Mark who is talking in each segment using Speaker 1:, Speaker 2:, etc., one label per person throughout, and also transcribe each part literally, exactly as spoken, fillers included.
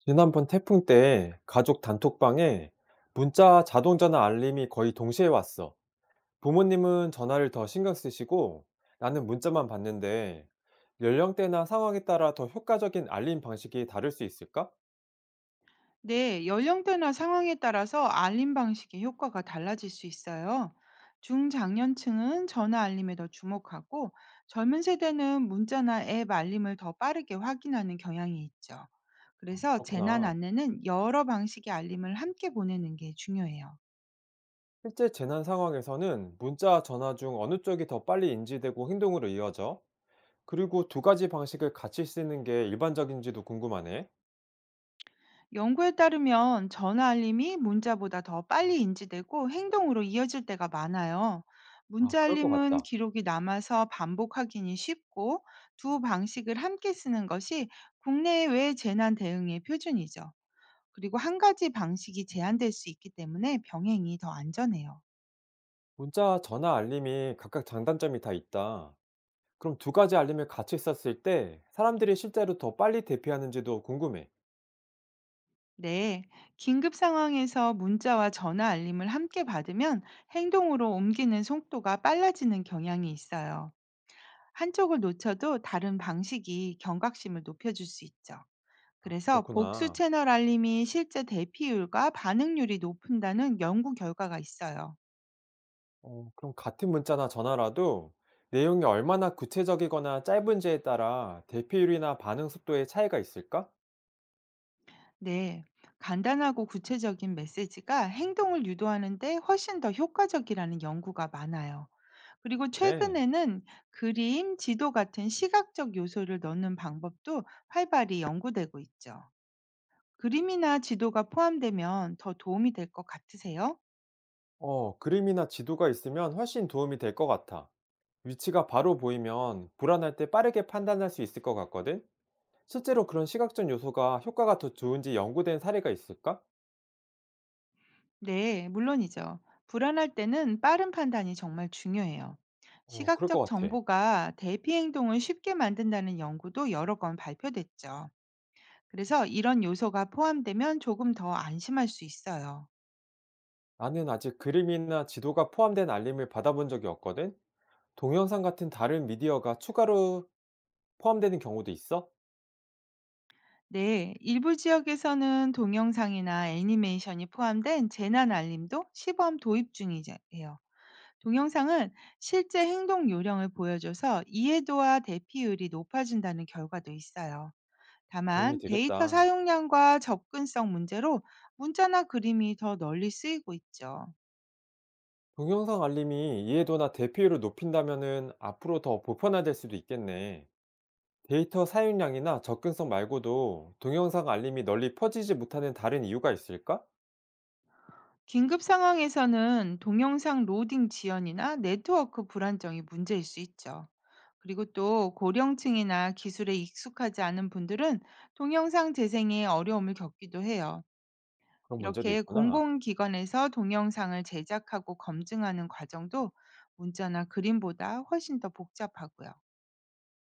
Speaker 1: 지난번 태풍 때 가족 단톡방에 문자 자동전화 알림이 거의 동시에 왔어. 부모님은 전화를 더 신경 쓰시고 나는 문자만 봤는데 연령대나 상황에 따라 더 효과적인 알림 방식이 다를 수 있을까?
Speaker 2: 네, 연령대나 상황에 따라서 알림 방식의 효과가 달라질 수 있어요. 중장년층은 전화 알림에 더 주목하고 젊은 세대는 문자나 앱 알림을 더 빠르게 확인하는 경향이 있죠. 그래서 재난
Speaker 1: 그렇구나.
Speaker 2: 안내는 여러 방식의 알림을 함께 보내는 게 중요해요.
Speaker 1: 실제 재난 상황에서는 문자, 전화 중 어느 쪽이 더 빨리 인지되고 행동으로 이어져? 그리고 두 가지 방식을 같이 쓰는 게 일반적인지도 궁금하네.
Speaker 2: 연구에 따르면 전화 알림이 문자보다 더 빨리 인지되고 행동으로 이어질 때가 많아요.
Speaker 1: 아,
Speaker 2: 문자
Speaker 1: 그럴 것
Speaker 2: 알림은
Speaker 1: 같다.
Speaker 2: 기록이 남아서 반복 확인이 쉽고 두 방식을 함께 쓰는 것이 국내외 재난 대응의 표준이죠. 그리고 한 가지 방식이 제한될 수 있기 때문에 병행이 더 안전해요.
Speaker 1: 문자, 전화 알림이 각각 장단점이 다 있다. 그럼 두 가지 알림을 같이 썼을 때 사람들이 실제로 더 빨리 대피하는지도 궁금해.
Speaker 2: 네, 긴급 상황에서 문자와 전화 알림을 함께 받으면 행동으로 옮기는 속도가 빨라지는 경향이 있어요. 한쪽을 놓쳐도 다른 방식이 경각심을 높여줄 수 있죠. 그래서 복수
Speaker 1: 그렇구나.
Speaker 2: 채널 알림이 실제 대피율과 반응률이 높은다는 연구 결과가 있어요.
Speaker 1: 어 그럼 같은 문자나 전화라도 내용이 얼마나 구체적이거나 짧은지에 따라 대피율이나 반응 속도에 차이가 있을까?
Speaker 2: 네, 간단하고 구체적인 메시지가 행동을 유도하는데 훨씬 더 효과적이라는 연구가 많아요. 그리고
Speaker 1: 그래.
Speaker 2: 최근에는 그림, 지도 같은 시각적 요소를 넣는 방법도 활발히 연구되고 있죠. 그림이나 지도가 포함되면 더 도움이 될 것 같으세요?
Speaker 1: 어 그림이나 지도가 있으면 훨씬 도움이 될 것 같아. 위치가 바로 보이면 불안할 때 빠르게 판단할 수 있을 것 같거든. 실제로 그런 시각적 요소가 효과가 더 좋은지 연구된 사례가 있을까?
Speaker 2: 네, 물론이죠. 불안할 때는 빠른 판단이 정말 중요해요.
Speaker 1: 어 그럴
Speaker 2: 시각적
Speaker 1: 것 같아.
Speaker 2: 정보가 대피 행동을 쉽게 만든다는 연구도 여러 건 발표됐죠. 그래서 이런 요소가 포함되면 조금 더 안심할 수 있어요.
Speaker 1: 나는 아직 그림이나 지도가 포함된 알림을 받아본 적이 없거든? 동영상 같은 다른 미디어가 추가로 포함되는 경우도 있어?
Speaker 2: 네, 일부 지역에서는 동영상이나 애니메이션이 포함된 재난 알림도 시범 도입 중이에요. 동영상은 실제 행동 요령을 보여줘서 이해도와 대피율이 높아진다는 결과도 있어요.
Speaker 1: 도움이
Speaker 2: 다만 데이터
Speaker 1: 되겠다.
Speaker 2: 사용량과 접근성 문제로 문자나 그림이 더 널리 쓰이고 있죠.
Speaker 1: 동영상 알림이 이해도나 대피율을 높인다면은 앞으로 더 보편화될 수도 있겠네. 데이터 사용량이나 접근성 말고도 동영상 알림이 널리 퍼지지 못하는 다른 이유가 있을까?
Speaker 2: 긴급 상황에서는 동영상 로딩 지연이나 네트워크 불안정이 문제일 수 있죠. 그리고 또 고령층이나 기술에 익숙하지 않은 분들은 동영상 재생에 어려움을 겪기도 해요.
Speaker 1: 그런 문제도
Speaker 2: 이렇게
Speaker 1: 있구나.
Speaker 2: 공공기관에서 동영상을 제작하고 검증하는 과정도 문자나 그림보다 훨씬 더 복잡하고요.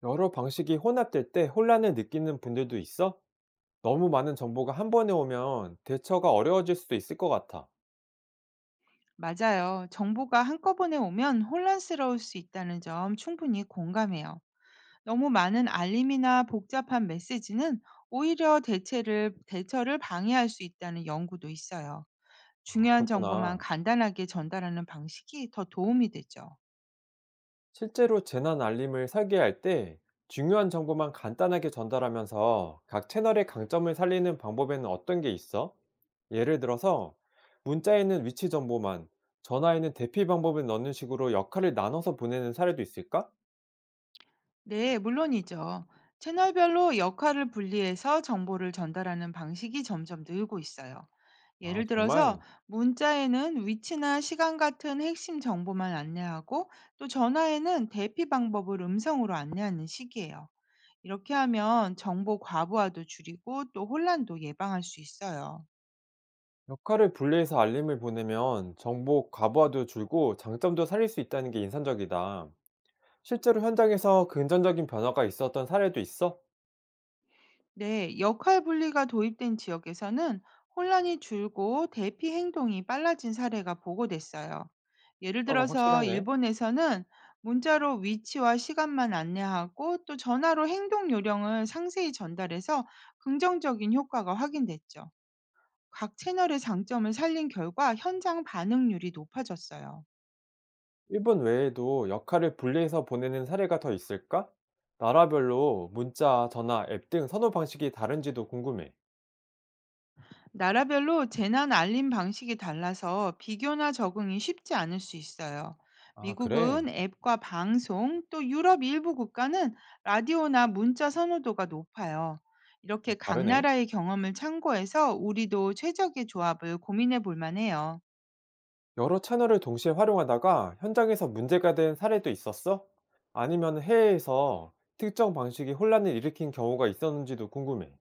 Speaker 1: 여러 방식이 혼합될 때 혼란을 느끼는 분들도 있어? 너무 많은 정보가 한 번에 오면 대처가 어려워질 수도 있을 것 같아.
Speaker 2: 맞아요. 정보가 한꺼번에 오면 혼란스러울 수 있다는 점 충분히 공감해요. 너무 많은 알림이나 복잡한 메시지는 오히려 대체를, 대처를 방해할 수 있다는 연구도 있어요.
Speaker 1: 아,
Speaker 2: 중요한 정보만
Speaker 1: 그렇구나.
Speaker 2: 간단하게 전달하는 방식이 더 도움이 되죠.
Speaker 1: 실제로 재난 알림을 설계할 때 중요한 정보만 간단하게 전달하면서 각 채널의 강점을 살리는 방법에는 어떤 게 있어? 예를 들어서 문자에는 위치 정보만, 전화에는 대피 방법을 넣는 식으로 역할을 나눠서 보내는 사례도 있을까?
Speaker 2: 네, 물론이죠. 채널별로 역할을 분리해서 정보를 전달하는 방식이 점점 늘고 있어요.
Speaker 1: 아,
Speaker 2: 예를 들어서
Speaker 1: 정말.
Speaker 2: 문자에는 위치나 시간 같은 핵심 정보만 안내하고 또 전화에는 대피 방법을 음성으로 안내하는 식이에요. 이렇게 하면 정보 과부하도 줄이고 또 혼란도 예방할 수 있어요.
Speaker 1: 역할을 분리해서 알림을 보내면 정보 과부하도 줄고 장점도 살릴 수 있다는 게 인상적이다. 실제로 현장에서 긍정적인 변화가 있었던 사례도 있어?
Speaker 2: 네, 역할 분리가 도입된 지역에서는 혼란이 줄고 대피 행동이 빨라진 사례가 보고됐어요. 예를
Speaker 1: 효과가
Speaker 2: 들어서
Speaker 1: 확실하네.
Speaker 2: 일본에서는 문자로 위치와 시간만 안내하고 또 전화로 행동 요령을 상세히 전달해서 긍정적인 효과가 확인됐죠. 각 채널의 장점을 살린 결과 현장 반응률이 높아졌어요.
Speaker 1: 일본 외에도 역할을 분리해서 보내는 사례가 더 있을까? 나라별로 문자, 전화, 앱 등 선호 방식이 다른지도 궁금해.
Speaker 2: 나라별로 재난 알림 방식이 달라서 비교나 적응이 쉽지 않을 수 있어요.
Speaker 1: 아, 그래?
Speaker 2: 미국은 앱과 방송, 또 유럽 일부 국가는 라디오나 문자 선호도가 높아요. 이렇게 각
Speaker 1: 다르네.
Speaker 2: 나라의 경험을 참고해서 우리도 최적의 조합을 고민해 볼 만해요.
Speaker 1: 여러 채널을 동시에 활용하다가 현장에서 문제가 된 사례도 있었어? 아니면 해외에서 특정 방식이 혼란을 일으킨 경우가 있었는지도 궁금해.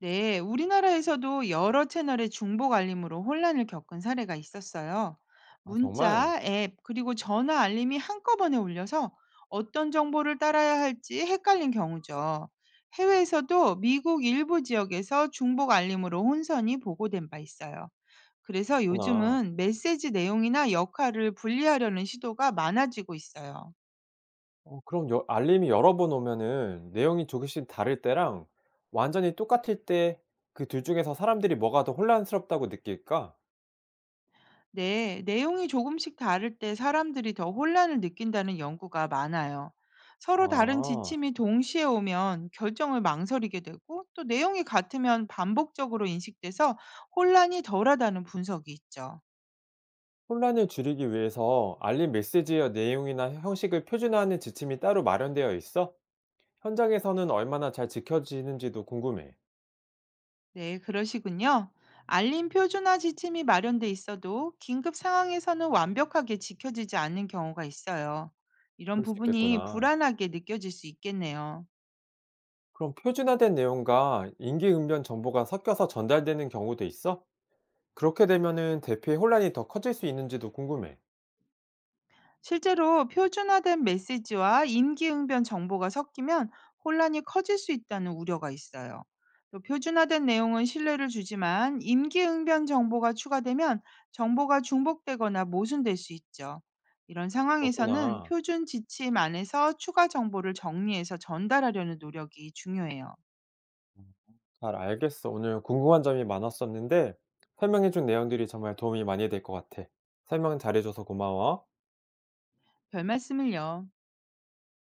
Speaker 2: 네, 우리나라에서도 여러 채널의 중복 알림으로 혼란을 겪은 사례가 있었어요.
Speaker 1: 아, 정말?
Speaker 2: 문자, 앱, 그리고 전화 알림이 한꺼번에 울려서 어떤 정보를 따라야 할지 헷갈린 경우죠. 해외에서도 미국 일부 지역에서 중복 알림으로 혼선이 보고된 바 있어요. 그래서
Speaker 1: 그렇구나.
Speaker 2: 요즘은 메시지 내용이나 역할을 분리하려는 시도가 많아지고 있어요.
Speaker 1: 어, 그럼 여- 알림이 여러 번 오면은 내용이 조금씩 다를 때랑 완전히 똑같을 때 그 둘 중에서 사람들이 뭐가 더 혼란스럽다고 느낄까?
Speaker 2: 네, 내용이 조금씩 다를 때 사람들이 더 혼란을 느낀다는 연구가 많아요. 서로 다른
Speaker 1: 아.
Speaker 2: 지침이 동시에 오면 결정을 망설이게 되고 또 내용이 같으면 반복적으로 인식돼서 혼란이 덜하다는 분석이 있죠.
Speaker 1: 혼란을 줄이기 위해서 알림 메시지의 내용이나 형식을 표준화하는 지침이 따로 마련되어 있어? 현장에서는 얼마나 잘 지켜지는지도 궁금해.
Speaker 2: 네, 그러시군요. 알림 표준화 지침이 마련돼 있어도 긴급 상황에서는 완벽하게 지켜지지 않는 경우가 있어요. 이런
Speaker 1: 그럴 수
Speaker 2: 부분이
Speaker 1: 있겠구나.
Speaker 2: 불안하게 느껴질 수 있겠네요.
Speaker 1: 그럼 표준화된 내용과 임기응변 정보가 섞여서 전달되는 경우도 있어? 그렇게 되면은 대피의 혼란이 더 커질 수 있는지도 궁금해.
Speaker 2: 실제로 표준화된 메시지와 임기응변 정보가 섞이면 혼란이 커질 수 있다는 우려가 있어요. 또 표준화된 내용은 신뢰를 주지만 임기응변 정보가 추가되면 정보가 중복되거나 모순될 수 있죠. 이런 상황에서는
Speaker 1: 그렇구나.
Speaker 2: 표준 지침 안에서 추가 정보를 정리해서 전달하려는 노력이 중요해요.
Speaker 1: 음, 잘 알겠어. 오늘 궁금한 점이 많았었는데 설명해준 내용들이 정말 도움이 많이 될 것 같아. 설명 잘해줘서 고마워.
Speaker 2: 별 말씀을요.